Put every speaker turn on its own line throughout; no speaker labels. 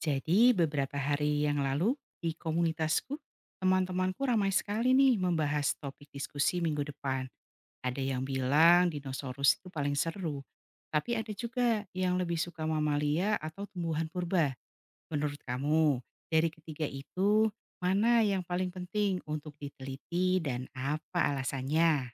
Jadi beberapa hari yang lalu di komunitasku, teman-temanku ramai sekali nih membahas topik diskusi minggu depan. Ada yang bilang dinosaurus itu paling seru, tapi ada juga yang lebih suka mamalia atau tumbuhan purba. Menurut kamu, dari ketiga itu, mana yang paling penting untuk diteliti dan apa alasannya?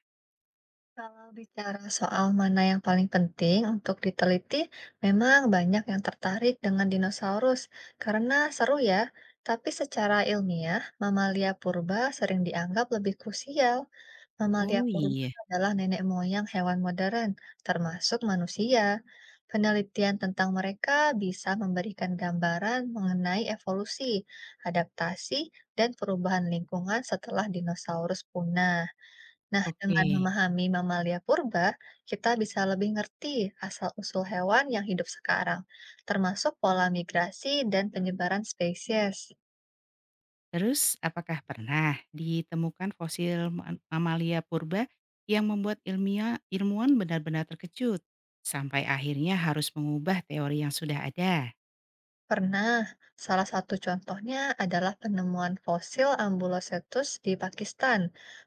Kalau bicara soal mana yang paling penting untuk diteliti, memang banyak yang tertarik dengan dinosaurus karena seru ya. Tapi secara ilmiah, mamalia purba sering dianggap lebih krusial. Mamalia
Oh
purba
iya,
adalah nenek moyang hewan modern, termasuk manusia. Penelitian tentang mereka bisa memberikan gambaran mengenai evolusi, adaptasi, dan perubahan lingkungan setelah dinosaurus punah. Nah,
oke.
dengan memahami mamalia purba, kita bisa lebih ngerti asal-usul hewan yang hidup sekarang, termasuk pola migrasi dan penyebaran spesies.
Terus, apakah pernah ditemukan fosil mamalia purba yang membuat ilmuwan benar-benar terkejut sampai akhirnya harus mengubah teori yang sudah ada?
Pernah, salah satu contohnya adalah penemuan fosil Ambulocetus di Pakistan.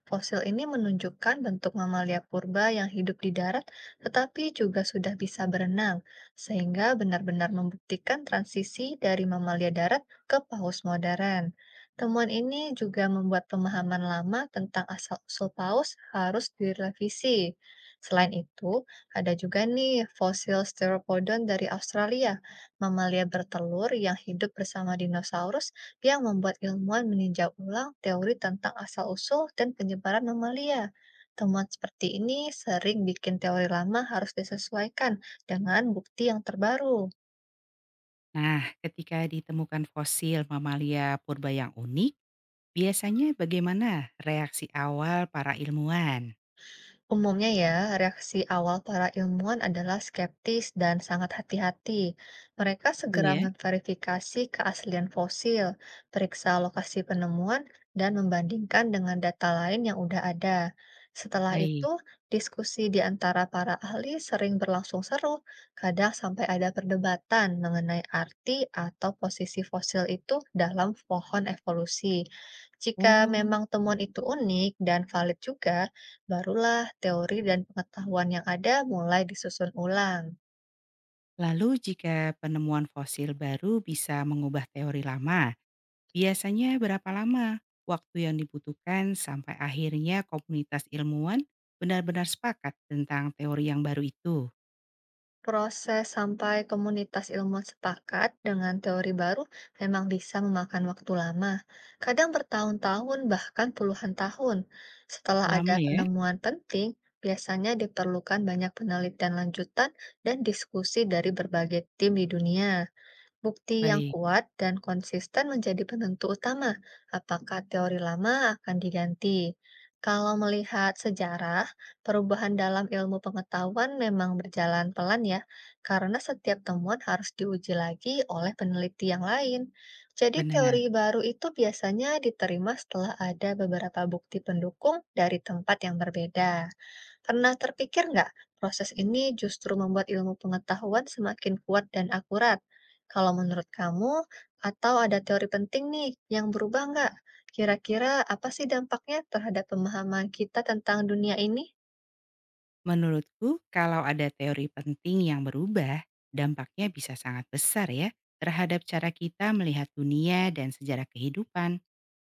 Fosil ini menunjukkan bentuk mamalia purba yang hidup di darat, tetapi juga sudah bisa berenang, sehingga benar-benar membuktikan transisi dari mamalia darat ke paus modern. Temuan ini juga membuat pemahaman lama tentang asal-usul paus harus direvisi. Selain itu, ada juga nih fosil steropodon dari Australia, mamalia bertelur yang hidup bersama dinosaurus, yang membuat ilmuwan meninjau ulang teori tentang asal-usul dan penyebaran mamalia. Temuan seperti ini sering bikin teori lama harus disesuaikan dengan bukti yang terbaru.
Nah, ketika ditemukan fosil mamalia purba yang unik, biasanya bagaimana reaksi awal para ilmuwan?
Umumnya ya, reaksi awal para ilmuwan adalah skeptis dan sangat hati-hati. Mereka
Itu
segera
ya.
memverifikasi keaslian fosil, periksa lokasi penemuan, dan membandingkan dengan data lain yang udah ada. Setelah
Baik.
itu, diskusi di antara para ahli sering berlangsung seru, kadang sampai ada perdebatan mengenai arti atau posisi fosil itu dalam pohon evolusi. Jika
Oh,
memang temuan itu unik dan valid juga, barulah teori dan pengetahuan yang ada mulai disusun ulang.
lalu jika penemuan fosil baru bisa mengubah teori lama, biasanya berapa lama waktu yang dibutuhkan sampai akhirnya komunitas ilmuwan benar-benar sepakat tentang teori yang baru itu?
Proses sampai komunitas ilmuwan sepakat dengan teori baru memang bisa memakan waktu lama, kadang bertahun-tahun bahkan puluhan tahun. Setelah ada
Lama ya?
penemuan penting, biasanya diperlukan banyak penelitian lanjutan dan diskusi dari berbagai tim di dunia. Bukti yang
Baik,
kuat dan konsisten menjadi penentu utama apakah teori lama akan diganti. Kalau melihat sejarah, perubahan dalam ilmu pengetahuan memang berjalan pelan ya, karena setiap temuan harus diuji lagi oleh peneliti yang lain. Jadi teori
benar.
baru itu biasanya diterima setelah ada beberapa bukti pendukung dari tempat yang berbeda. Pernah terpikir nggak, proses ini justru membuat ilmu pengetahuan semakin kuat dan akurat? Kalau menurut kamu, atau ada teori penting nih yang berubah nggak? Kira-kira apa sih dampaknya terhadap pemahaman kita tentang dunia ini?
Menurutku kalau ada teori penting yang berubah, dampaknya bisa sangat besar ya terhadap cara kita melihat dunia dan sejarah kehidupan.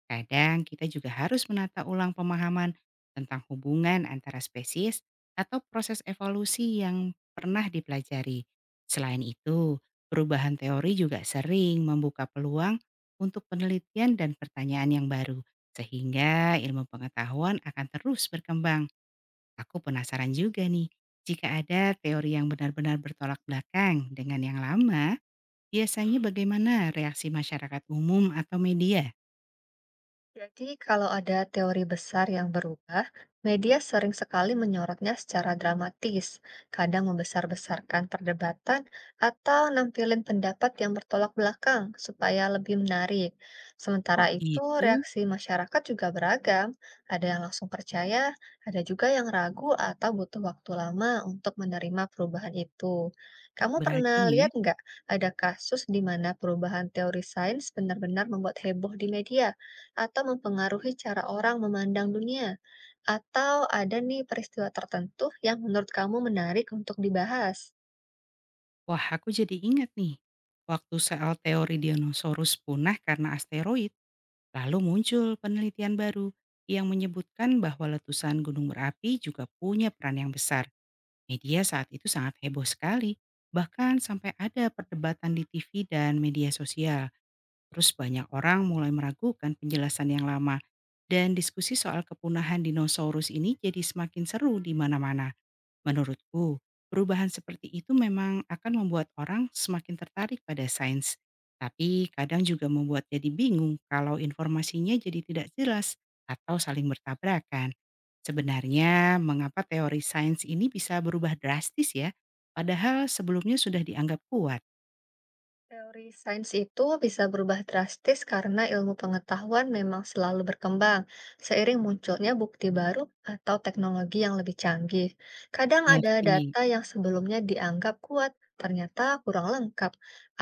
Kadang kita juga harus menata ulang pemahaman tentang hubungan antara spesies atau proses evolusi yang pernah dipelajari. Selain itu, perubahan teori juga sering membuka peluang untuk penelitian dan pertanyaan yang baru, sehingga ilmu pengetahuan akan terus berkembang. Aku penasaran juga nih, jika ada teori yang benar-benar bertolak belakang dengan yang lama, biasanya bagaimana reaksi masyarakat umum atau media?
Jadi, kalau ada teori besar yang berubah, media sering sekali menyorotnya secara dramatis, kadang membesar-besarkan perdebatan atau nampilin pendapat yang bertolak belakang supaya lebih menarik.
Oh,
Sementara itu,
itu.
reaksi masyarakat juga beragam. Ada yang langsung percaya, ada juga yang ragu atau butuh waktu lama untuk menerima perubahan itu. Kamu
Beragam
pernah
ya?
lihat nggak ada kasus di mana perubahan teori sains benar-benar membuat heboh di media? Atau mempengaruhi cara orang memandang dunia? Atau ada nih peristiwa tertentu yang menurut kamu menarik untuk dibahas?
Wah, aku jadi ingat nih. Waktu soal teori dinosaurus punah karena asteroid, lalu muncul penelitian baru yang menyebutkan bahwa letusan gunung berapi juga punya peran yang besar. Media saat itu sangat heboh sekali. Bahkan sampai ada perdebatan di TV dan media sosial. Terus banyak orang mulai meragukan penjelasan yang lama. Dan diskusi soal kepunahan dinosaurus ini jadi semakin seru di mana-mana. Menurutku, perubahan seperti itu memang akan membuat orang semakin tertarik pada sains, tapi kadang juga membuat jadi bingung kalau informasinya jadi tidak jelas atau saling bertabrakan. Sebenarnya, mengapa teori sains ini bisa berubah drastis ya? Padahal sebelumnya sudah dianggap kuat.
Teori sains itu bisa berubah drastis karena ilmu pengetahuan memang selalu berkembang, seiring munculnya bukti baru atau teknologi yang lebih canggih. Kadang ada
Ngerti,
data yang sebelumnya dianggap kuat, ternyata kurang lengkap,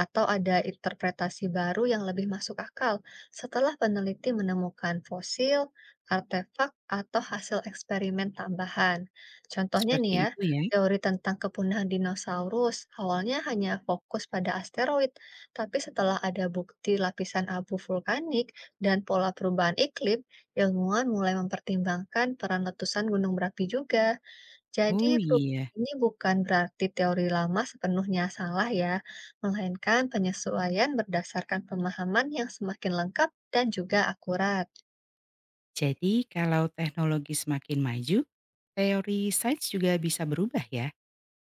atau ada interpretasi baru yang lebih masuk akal setelah peneliti menemukan fosil, artefak, atau hasil eksperimen tambahan. Contohnya nih
seperti
ya,
itu ya?
teori tentang kepunahan dinosaurus awalnya hanya fokus pada asteroid, tapi setelah ada bukti lapisan abu vulkanik dan pola perubahan iklim, ilmuwan mulai mempertimbangkan peran letusan gunung berapi juga. Jadi,
Oh
perubahan
iya.
ini bukan berarti teori lama sepenuhnya salah ya, melainkan penyesuaian berdasarkan pemahaman yang semakin lengkap dan juga akurat.
Jadi kalau teknologi semakin maju, teori sains juga bisa berubah ya?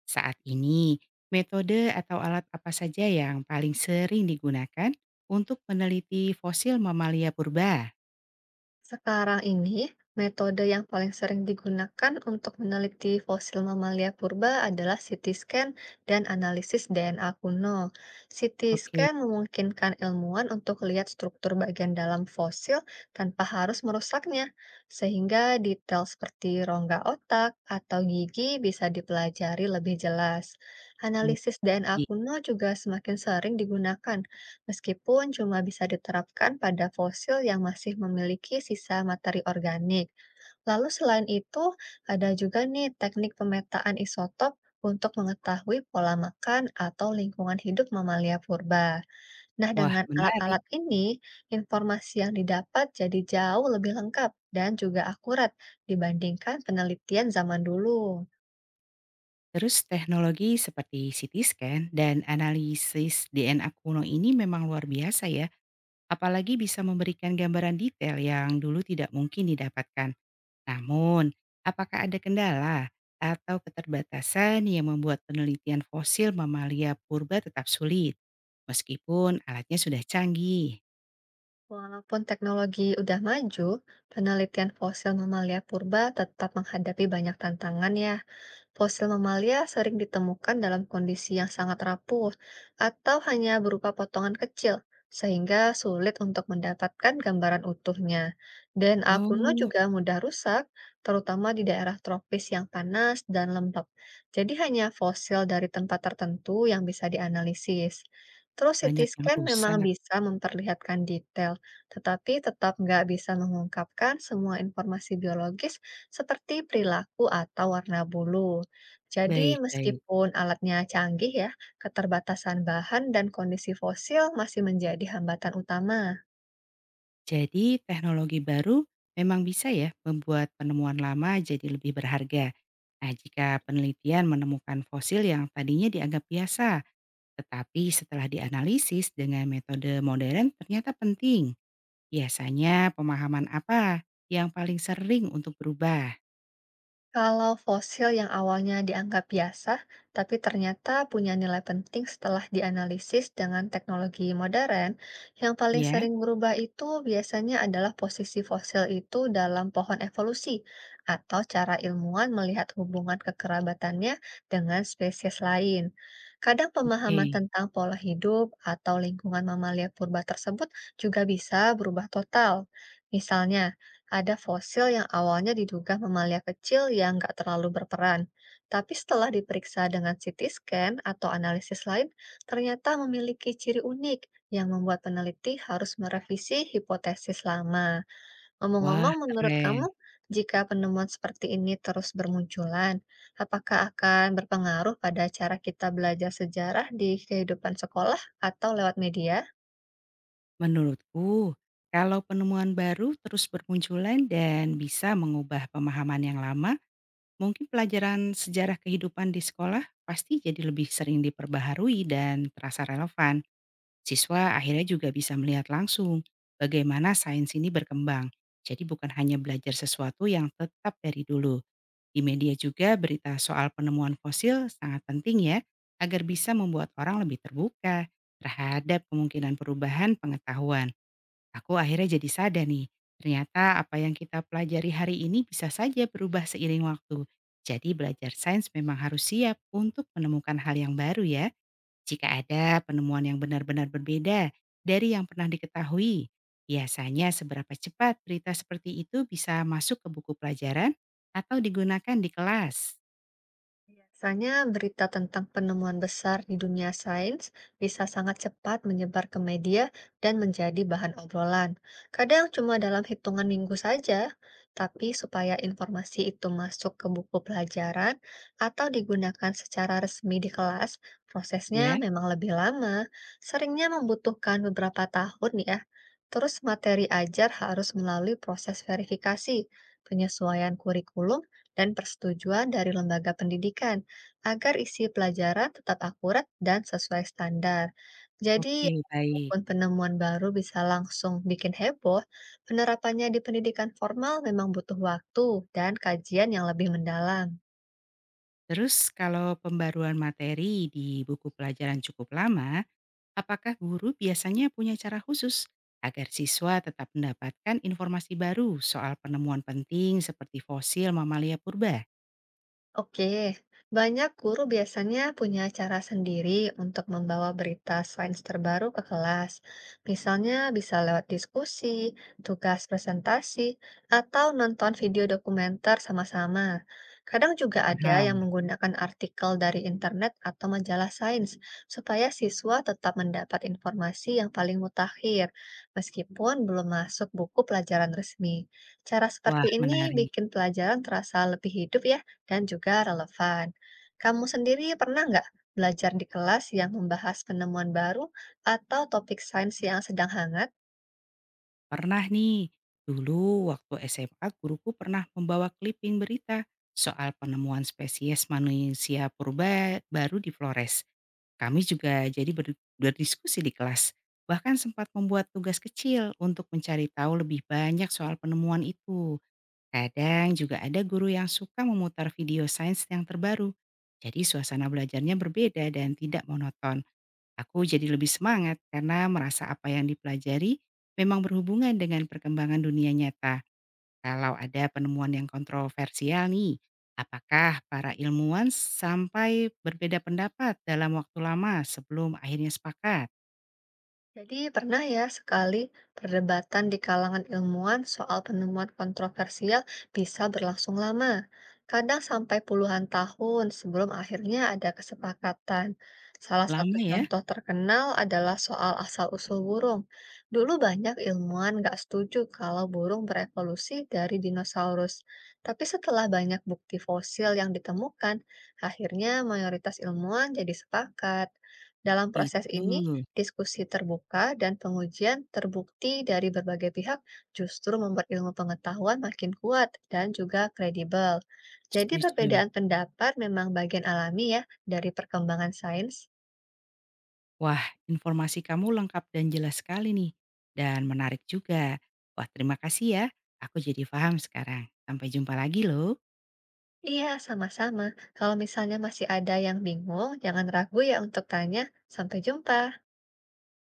Saat ini, metode atau alat apa saja yang paling sering digunakan untuk meneliti fosil mamalia purba?
Sekarang ini, metode yang paling sering digunakan untuk meneliti fosil mamalia purba adalah CT scan dan analisis DNA kuno. CT
Oke,
scan memungkinkan ilmuwan untuk lihat struktur bagian dalam fosil tanpa harus merusaknya, sehingga detail seperti rongga otak atau gigi bisa dipelajari lebih jelas. Analisis DNA
mengerti.
kuno juga semakin sering digunakan, meskipun cuma bisa diterapkan pada fosil yang masih memiliki sisa materi organik. Lalu selain itu, ada juga nih teknik pemetaan isotop untuk mengetahui pola makan atau lingkungan hidup mamalia purba. Nah,
Wah
dengan
menarik.
alat-alat ini, informasi yang didapat jadi jauh lebih lengkap dan juga akurat dibandingkan penelitian zaman dulu.
Terus teknologi seperti CT scan dan analisis DNA kuno ini memang luar biasa ya, apalagi bisa memberikan gambaran detail yang dulu tidak mungkin didapatkan. Namun, apakah ada kendala atau keterbatasan yang membuat penelitian fosil mamalia purba tetap sulit, meskipun alatnya sudah canggih?
Walaupun teknologi udah maju, penelitian fosil mamalia purba tetap menghadapi banyak tantangan ya. Fosil mamalia sering ditemukan dalam kondisi yang sangat rapuh atau hanya berupa potongan kecil, sehingga sulit untuk mendapatkan gambaran utuhnya. Dan A kuno
Oh,
juga mudah rusak, terutama di daerah tropis yang panas dan lembab. Jadi hanya fosil dari tempat tertentu yang bisa dianalisis. Terus CT
banyak yang
scan memang
rusak.
bisa memperlihatkan detail, tetapi tetap nggak bisa mengungkapkan semua informasi biologis seperti perilaku atau warna bulu. Jadi,
Baik-baik.
meskipun alatnya canggih ya, keterbatasan bahan dan kondisi fosil masih menjadi hambatan utama.
Jadi, teknologi baru memang bisa ya membuat penemuan lama jadi lebih berharga. Nah, jika penelitian menemukan fosil yang tadinya dianggap biasa, tetapi setelah dianalisis dengan metode modern ternyata penting. Biasanya pemahaman apa yang paling sering untuk berubah?
Kalau fosil yang awalnya dianggap biasa, tapi ternyata punya nilai penting setelah dianalisis dengan teknologi modern, yang paling
Ya,
sering berubah itu biasanya adalah posisi fosil itu dalam pohon evolusi, atau cara ilmuwan melihat hubungan kekerabatannya dengan spesies lain. Kadang pemahaman
oke.
tentang pola hidup atau lingkungan mamalia purba tersebut juga bisa berubah total. Misalnya, ada fosil yang awalnya diduga mamalia kecil yang nggak terlalu berperan, tapi setelah diperiksa dengan CT scan atau analisis lain, ternyata memiliki ciri unik yang membuat peneliti harus merevisi hipotesis lama.
Wah,
Ngomong-ngomong, menurut
keren.
kamu, jika penemuan seperti ini terus bermunculan, apakah akan berpengaruh pada cara kita belajar sejarah di kehidupan sekolah atau lewat media?
Menurutku, kalau penemuan baru terus bermunculan dan bisa mengubah pemahaman yang lama, mungkin pelajaran sejarah kehidupan di sekolah pasti jadi lebih sering diperbaharui dan terasa relevan. Siswa akhirnya juga bisa melihat langsung bagaimana sains ini berkembang. Jadi bukan hanya belajar sesuatu yang tetap dari dulu. Di media juga berita soal penemuan fosil sangat penting ya, agar bisa membuat orang lebih terbuka terhadap kemungkinan perubahan pengetahuan. Aku akhirnya jadi sadar nih, ternyata apa yang kita pelajari hari ini bisa saja berubah seiring waktu. Jadi belajar sains memang harus siap untuk menemukan hal yang baru ya. Jika ada penemuan yang benar-benar berbeda dari yang pernah diketahui, biasanya seberapa cepat berita seperti itu bisa masuk ke buku pelajaran atau digunakan di kelas,
Biasanya berita tentang penemuan besar di dunia sains bisa sangat cepat menyebar ke media dan menjadi bahan obrolan. Kadang cuma dalam hitungan minggu saja, tapi supaya informasi itu masuk ke buku pelajaran atau digunakan secara resmi di kelas, prosesnya
ya?
memang lebih lama, seringnya membutuhkan beberapa tahun ya. Terus materi ajar harus melalui proses verifikasi, penyesuaian kurikulum, dan persetujuan dari lembaga pendidikan agar isi pelajaran tetap akurat dan sesuai standar. Jadi,
Oke, baik.
walaupun penemuan baru bisa langsung bikin heboh, penerapannya di pendidikan formal memang butuh waktu dan kajian yang lebih mendalam.
Terus kalau pembaruan materi di buku pelajaran cukup lama, apakah guru biasanya punya cara khusus agar siswa tetap mendapatkan informasi baru soal penemuan penting seperti fosil mamalia purba?
Oke, banyak guru biasanya punya cara sendiri untuk membawa berita sains terbaru ke kelas. Misalnya bisa lewat diskusi, tugas presentasi, atau nonton video dokumenter sama-sama. Kadang juga ada yang
Paham.
menggunakan artikel dari internet atau majalah sains supaya siswa tetap mendapat informasi yang paling mutakhir, meskipun belum masuk buku pelajaran resmi. Cara seperti
Wah,
ini
menarik.
bikin pelajaran terasa lebih hidup ya dan juga relevan. Kamu sendiri pernah nggak belajar di kelas yang membahas penemuan baru atau topik sains yang sedang hangat?
Pernah nih, dulu waktu SMA guruku pernah membawa clipping berita soal penemuan spesies manusia purba baru di Flores. Kami juga jadi berdiskusi di kelas, bahkan sempat membuat tugas kecil untuk mencari tahu lebih banyak soal penemuan itu. Kadang juga ada guru yang suka memutar video sains yang terbaru. Jadi suasana belajarnya berbeda dan tidak monoton. Aku jadi lebih semangat karena merasa apa yang dipelajari memang berhubungan dengan perkembangan dunia nyata. Kalau ada penemuan yang kontroversial nih, apakah para ilmuwan sampai berbeda pendapat dalam waktu lama sebelum akhirnya sepakat?
Jadi pernah ya sekali perdebatan di kalangan ilmuwan soal penemuan kontroversial bisa berlangsung lama, kadang sampai puluhan tahun sebelum akhirnya ada kesepakatan. Salah satu
Lama ya?
contoh terkenal adalah soal asal-usul burung. Dulu banyak ilmuwan nggak setuju kalau burung berevolusi dari dinosaurus. Tapi setelah banyak bukti fosil yang ditemukan, akhirnya mayoritas ilmuwan jadi sepakat. Dalam proses
Itu,
ini, diskusi terbuka dan pengujian terbukti dari berbagai pihak justru membuat ilmu pengetahuan makin kuat dan juga kredibel. Jadi
setuju.
perbedaan pendapat memang bagian alami ya dari perkembangan sains.
Wah, informasi kamu lengkap dan jelas sekali nih. Dan menarik juga. Wah, terima kasih ya. Aku jadi paham sekarang. Sampai jumpa lagi loh.
Iya, sama-sama. Kalau misalnya masih ada yang bingung, jangan ragu ya untuk tanya. Sampai jumpa.